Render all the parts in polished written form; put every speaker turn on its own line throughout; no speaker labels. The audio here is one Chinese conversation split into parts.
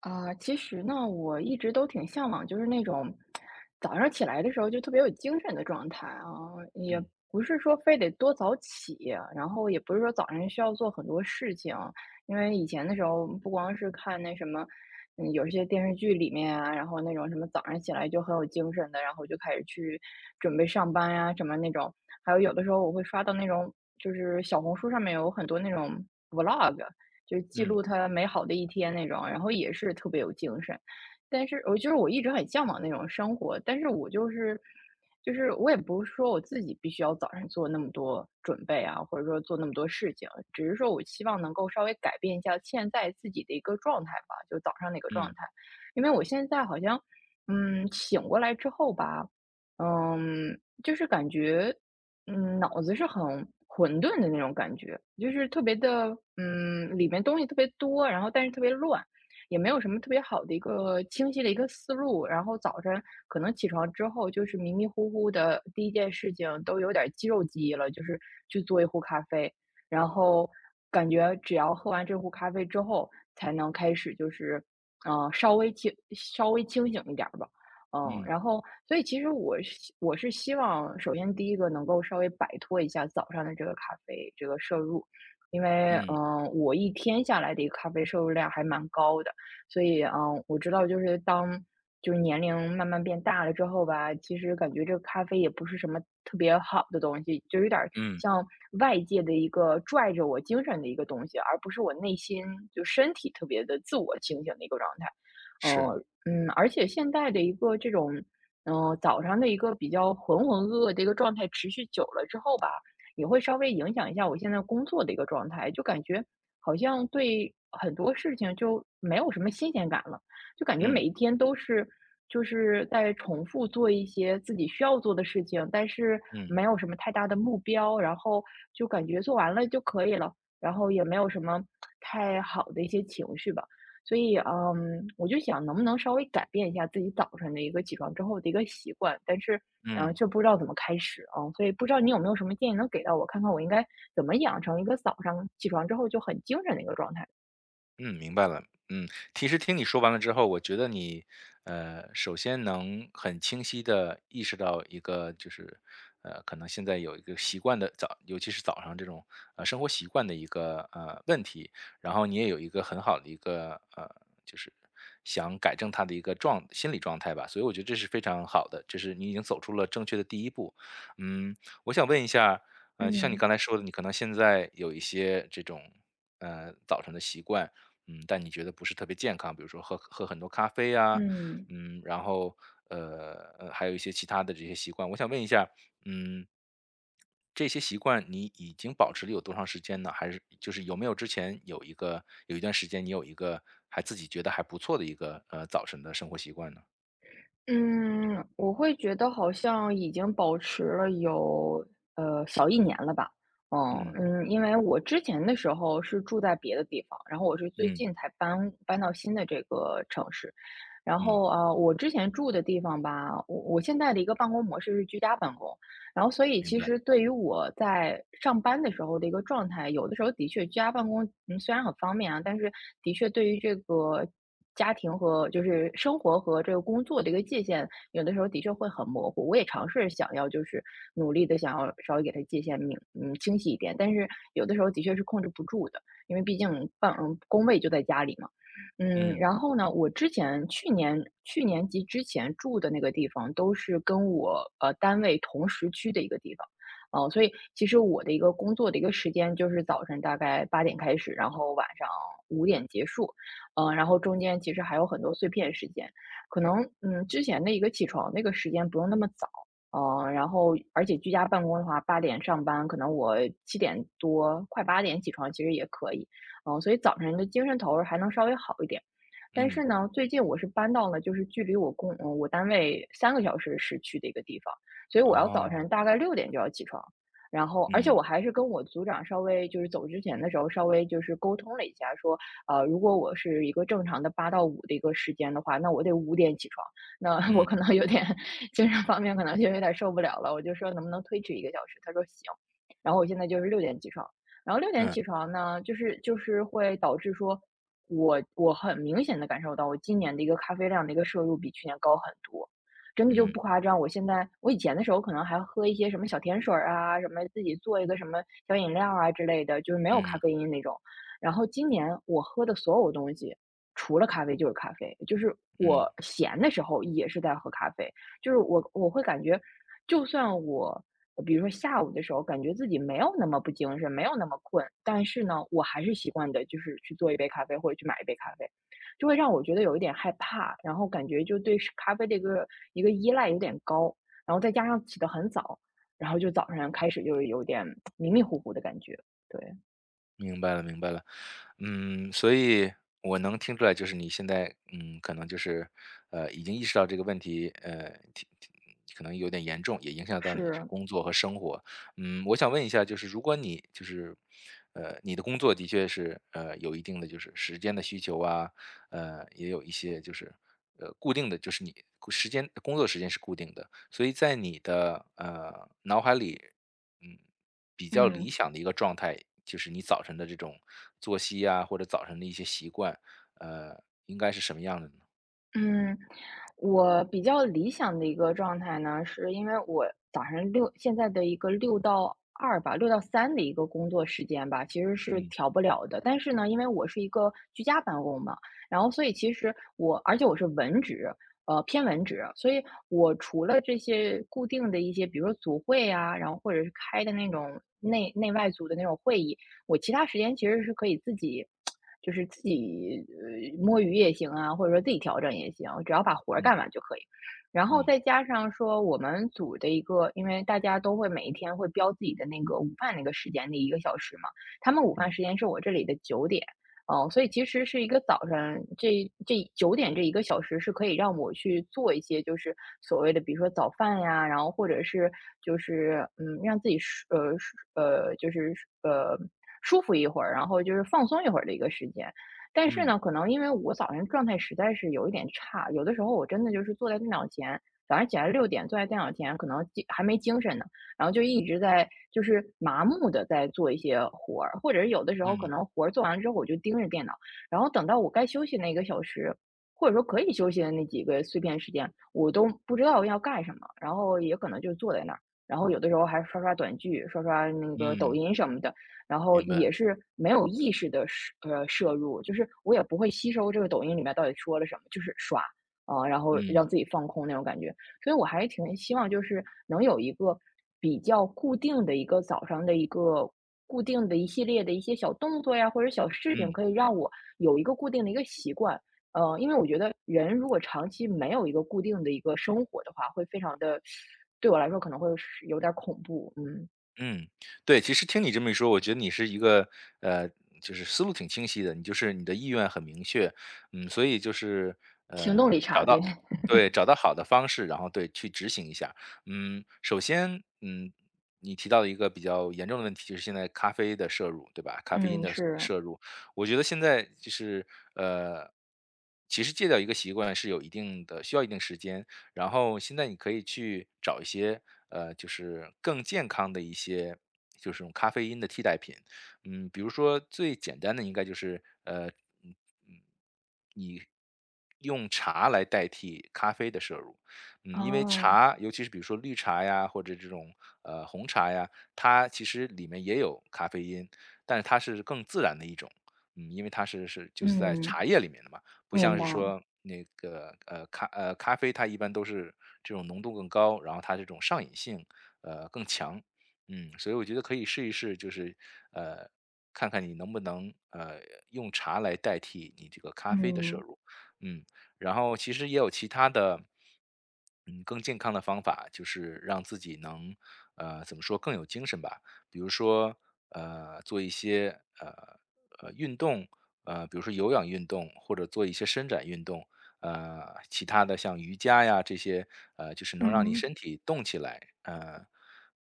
啊，其实呢，我一直都挺向往，就是那种早上起来的时候就特别有精神的状态啊，也
嗯
不是说非得多早起，然后也不是说早上需要做很多事情，因为以前的时候不光是看那什么，有一些电视剧里面啊，然后那种什么早上起来就很有精神的，然后就开始去准备上班呀、什么那种，还有有的时候我会刷到那种，就是小红书上面有很多那种 vlog。就记
嗯
录他美好的一天那种，然后也是特别有精神。但是我就是我一直很向往那种生活，但是我就是就是我也不是说我自己必须要早上做那么多准备啊，或者说做那么多事情，只是说我希望能够稍微改变一下现在自己的一个状态吧，就早上那个状
嗯
态。因为我现在好像，醒过来之后吧，就是感觉脑子是很混沌的那种感觉，就是特别的，里面东西特别多，然后但是特别乱，也没有什么特别好的一个清晰的一个思路。然后早晨可能起床之后就是迷迷糊糊的，第一件事情都有点儿肌肉记忆了，就是去做一壶咖啡，然后感觉只要喝完这壶咖啡之后，才能开始就是，稍微清醒一点儿吧。
嗯
然后所以其实我是希望，首先第一个能够稍微摆脱一下早上的这个咖啡这个摄入，因为
嗯
我一天下来的一个咖啡摄入量还蛮高的，所以我知道就是当就是年龄慢慢变大了之后吧，其实感觉这个咖啡也不是什么特别好的东西，就有点儿
嗯，
像外界的一个拽着我精神的一个东西，而不是我内心就身体特别的自我清醒的一个状态。
是。
哦，而且现在的一个这种，早上的一个比较浑浑噩噩的一个状态，持续久了之后吧，也会稍微影响一下我现在工作的一个状态，就感觉好像对很多事情就没有什么新鲜感了，就感觉每
嗯
一天都是就是在重复做一些自己需要做的事情，但是
嗯
没有什么太大的目标，然后就感觉做完了就可以了，然后也没有什么太好的一些情绪吧。所以，我就想能不能稍微改变一下自己早晨的一个起床之后的一个习惯，但是，
嗯。
却不知道怎么开始，所以不知道你有没有什么建议能给到我，看看我应该怎么养成一个早上起床之后就很精神的一个状态？
嗯，明白了。嗯，其实听你说完了之后，我觉得你，首先能很清晰的意识到一个就是，可能现在有一个习惯的早尤其是早上这种，生活习惯的一个，问题。然后你也有一个很好的一个，就是想改正它的一个心理状态吧。所以我觉得这是非常好的，就是你已经走出了正确的第一步。嗯，我想问一下，就像你
嗯
刚才说的，你可能现在有一些这种，早上的习惯。嗯，但你觉得不是特别健康，比如说喝很多咖啡呀，
嗯
嗯，然后呃还有一些其他的这些习惯。我想问一下，嗯，这些习惯你已经保持了有多长时间呢？还是就是有没有之前有一个有一段时间你有一个还自己觉得还不错的一个早晨的生活习惯呢？
嗯，我会觉得好像已经保持了有小一年了吧。嗯
嗯
嗯，因为我之前的时候是住在别的地方，然后我是最
嗯
近才搬到新的这个城市，然后，
嗯，
我之前住的地方吧，我现在的一个办公模式是居家办公，然后所以
明
其
白。
实对于我在上班的时候的一个状态，有的时候的确居家办公，虽然很方便啊，但是的确对于这个家庭和就是生活和这个工作的一个界限，有的时候的确会很模糊。我也尝试想要就是努力的想要稍微给它界限清晰一点，但是有的时候的确是控制不住的，因为毕竟工位就在家里嘛。
嗯
然后呢，我之前去年及之前住的那个地方都是跟我单位同时区的一个地方，所以其实我的一个工作的一个时间就是早晨大概8点开始，然后晚上5点结束，然后中间其实还有很多碎片时间，可能之前的一个起床那个时间不用那么早，然后而且居家办公的话，8点上班，可能我7点多快8点起床其实也可以，所以早晨的精神头儿还能稍微好一点。但是
嗯，
呢，最近我是搬到了就是距离我单位3个小时市区的一个地方，所以我要早
哦，
晨大概6点就要起床。然后而且
嗯
我还是跟我组长稍微就是走之前的时候稍微就是沟通了一下，说，如果我是一个正常的8到5的一个时间的话，那我得5点起床，那 我可
嗯
能有点精神方面可能就有点受不了了，我就说能不能推迟一个小时，他说行。然后我现在就是六点起床，然后六点
嗯
起床呢，就是会导致说我很明显的感受到，我今年的一个咖啡量的一个摄入比去年高很多，真的就不
嗯
夸张。我现在我以前的时候可能还喝一些什么小甜水儿啊，什么自己做一个什么小饮料啊之类的，就是没有咖
嗯
啡因那种。然后今年我喝的所有东西，除了咖啡就是咖啡，就是
嗯。
我闲的时候也是在喝咖啡，就是我会感觉就算我，比如说下午的时候，感觉自己没有那么不精神，没有那么困，但是呢，我还是习惯的，就是去做一杯咖啡或者去买一杯咖啡，就会让我觉得有一点害怕，然后感觉就对是咖啡的一个依赖有点高，然后再加上起得很早，然后就早上开始就有点迷迷糊糊的感觉，对，
明白了，明白了。嗯，所以我能听出来，就是你现在，嗯，可能就是，已经意识到这个问题，挺可能有点严重，也影响到你这
是，
工作和生活。嗯，我想问一下，就是如果你就是，你的工作的确是，有一定的就是时间的需求啊，也有一些就是，固定的，就是你工作时间是固定的，所以在你的脑海里，嗯。比较理
嗯。
想的一个状态，就是你早晨的这种作息啊，或者早晨的一些习惯，呃，应该是什么样的呢？
嗯，我比较理想的一个状态呢，是因为我早上现在的一个6到3的一个工作时间吧，其实是
嗯
调不了的。但是呢，因为我是一个居家办公嘛，然后所以其实我而且我是文职，偏文职，所以我除了这些固定的一些，比如说组会啊，然后或者是开的那种内外组的那种会议，我其他时间其实是可以自己，就是自己摸鱼也行啊，或者说自己调整也行，只要把活儿干
嗯
完就可以。然后
嗯
再加上说我们组的一个，因为大家都会每一天会标自己的那个午饭那个时间那一个小时嘛，他们午饭
嗯
时间是我这里的九点，哦，所以其实是一个早上这九点这一个小时是可以让我去做一些，就是所谓的比如说早饭呀，然后或者是就是，让自己舒呃，舒呃，就是呃，舒服一会儿，然后就是放松一会儿的一个时间。但是
嗯
呢，可能因为我早上状态实在是有一点差，有的时候我真的就是坐在电脑前，早上起来六点坐在电脑前，可能还没精神呢，然后就一直在就是麻木的在做一些活儿，或者是有的时候可
嗯
能活儿做完之后我就盯着电脑，然后等到我该休息那一个小时，或者说可以休息的那几个碎片时间，我都不知道要干什么，然后也可能就坐在那儿，然后有的时候还刷刷短剧，刷刷那个抖
嗯，
音什么的，然后
明白。
也是没有意识的摄入，就是我也不会吸收这个抖音里面到底说了什么，就是刷，啊，然后让
嗯
自己放空那种感觉。所以我还是挺希望就是能有一个比较固定的一个早上的一个固定的一系列的一些小动作呀，或者小事情，
嗯。
可以让我有一个固定的一个习惯。因为我觉得人如果长期没有一个固定的一个生活的话，会非常的，对我来说可能会是有点儿恐怖，嗯，
嗯，对，其实听你这么一说，我觉得你是一个呃，就是思路挺清晰的，你你的意愿很明确，嗯，所以就是
行动力差，
找
对，
到对，找到好的方式，然后对去执行一下。嗯，首先，嗯，你提到了一个比较严重的问题，就是现在咖啡的摄入，对吧？咖啡因
嗯，
的
是，
摄入，我觉得现在就是呃，其实戒掉一个习惯是有一定的需要一定时间，然后现在你可以去找一些就是更健康的一些，就是这种咖啡因的替代品。嗯，比如说最简单的应该就是嗯用茶来代替咖啡的摄入。嗯，因为
哦，
茶，尤其是比如说绿茶呀，或者这种红茶呀，它其实里面也有咖啡因，但是它是更自然的一种。嗯，因为它是就是在
嗯，
茶叶里面的嘛，不
明
像是
白，
说那个咖啡，它一般都是这种浓度更高，然后它这种上瘾性更强。嗯，所以我觉得可以试一试，就是呃看看你能不能用茶来代替你这个咖啡的摄
嗯
入。嗯，然后其实也有其他的，嗯，更健康的方法，就是让自己能，怎么说更有精神吧。比如说，做一些运动，比如说有氧运动或者做一些伸展运动，其他的像瑜伽呀这些，就是能让你
嗯，
身体动起来，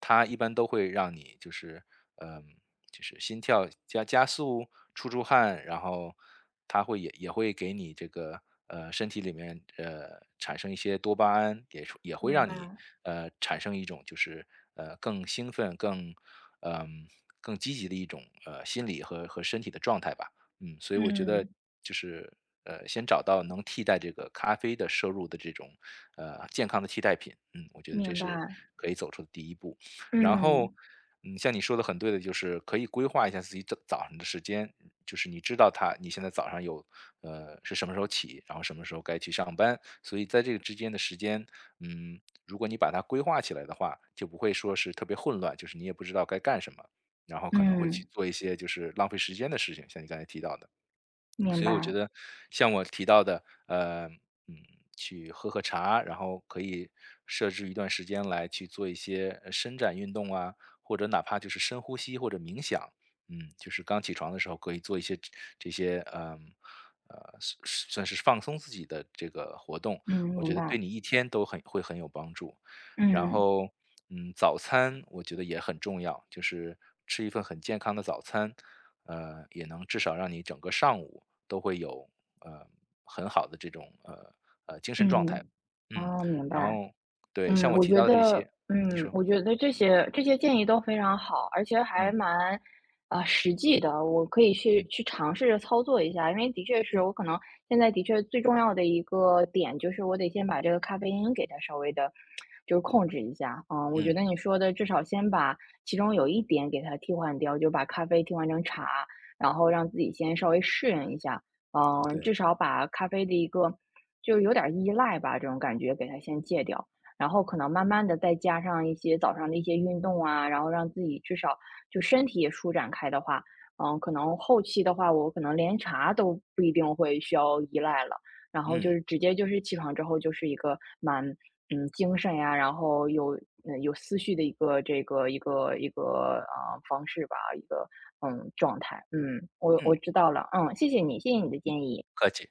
它一般都会让你就是，嗯、就是心跳加速、出汗，然后它也会给你这个身体里面产生一些多巴胺，也会
明
让
白，
你产生一种就是更兴奋、更嗯、更积极的一种心理和身体的状态吧。嗯，所以我觉得
嗯，
就是，先找到能替代这个咖啡的摄入的这种，健康的替代品，嗯，我觉得这
明
是
白，
可以走出的第一步。然后，
嗯
嗯，像你说的很对的，就是可以规划一下自己早上的时间，就是你知道你现在早上有，是什么时候起，然后什么时候该去上班，所以在这个之间的时间，嗯，如果你把它规划起来的话，就不会说是特别混乱，就是你也不知道该干什么。然后可能会
嗯。
去做一些就是浪费时间的事情，像你刚才提到的。
明
所以我觉
白，
得像我提到的，嗯，去喝茶，然后可以设置一段时间来去做一些伸展运动啊，或者哪怕就是深呼吸或者冥想，嗯，就是刚起床的时候可以做一些这些，是算是放松自己的这个活动，
嗯，
我
明
觉得
白，
对你一天很会很有帮助。然
嗯，
后，嗯，早餐我觉得也很重要，就是吃一份很健康的早餐，也能至少让你整个上午。都会有呃很好的这种精神状态，
嗯，
嗯，
哦，明
然
白，
后对，像我
我
提
觉
到的这
得，
些。
我觉得这些建议都非常好，而且还
嗯
蛮，啊，实际的。我可以去
嗯
去尝试着操作一下，因为的确是
嗯
我可能现在的确最重要的一个点就是我得先把这个咖啡因给它稍微的，就是控制一下。嗯，我觉
嗯，
得你说的至少先把其中有一点给它替换掉，就把咖啡替换成茶，然后让自己先稍微适应一下。
对。
至少把咖啡的一个就是有点儿依赖吧，这种感觉给它先戒掉。然后可能慢慢的再加上一些早上的一些运动啊，然后让自己至少就身体也舒展开的话，可能后期的话，我可能连茶都不一定会需要依赖了。然后就
嗯
是直接就是起床之后就是一个蛮，精神呀，然后有思绪的一个这个一个，方式吧，一个，状态。嗯，我
嗯，
我知道了，谢谢你，谢谢你的建议。
客气。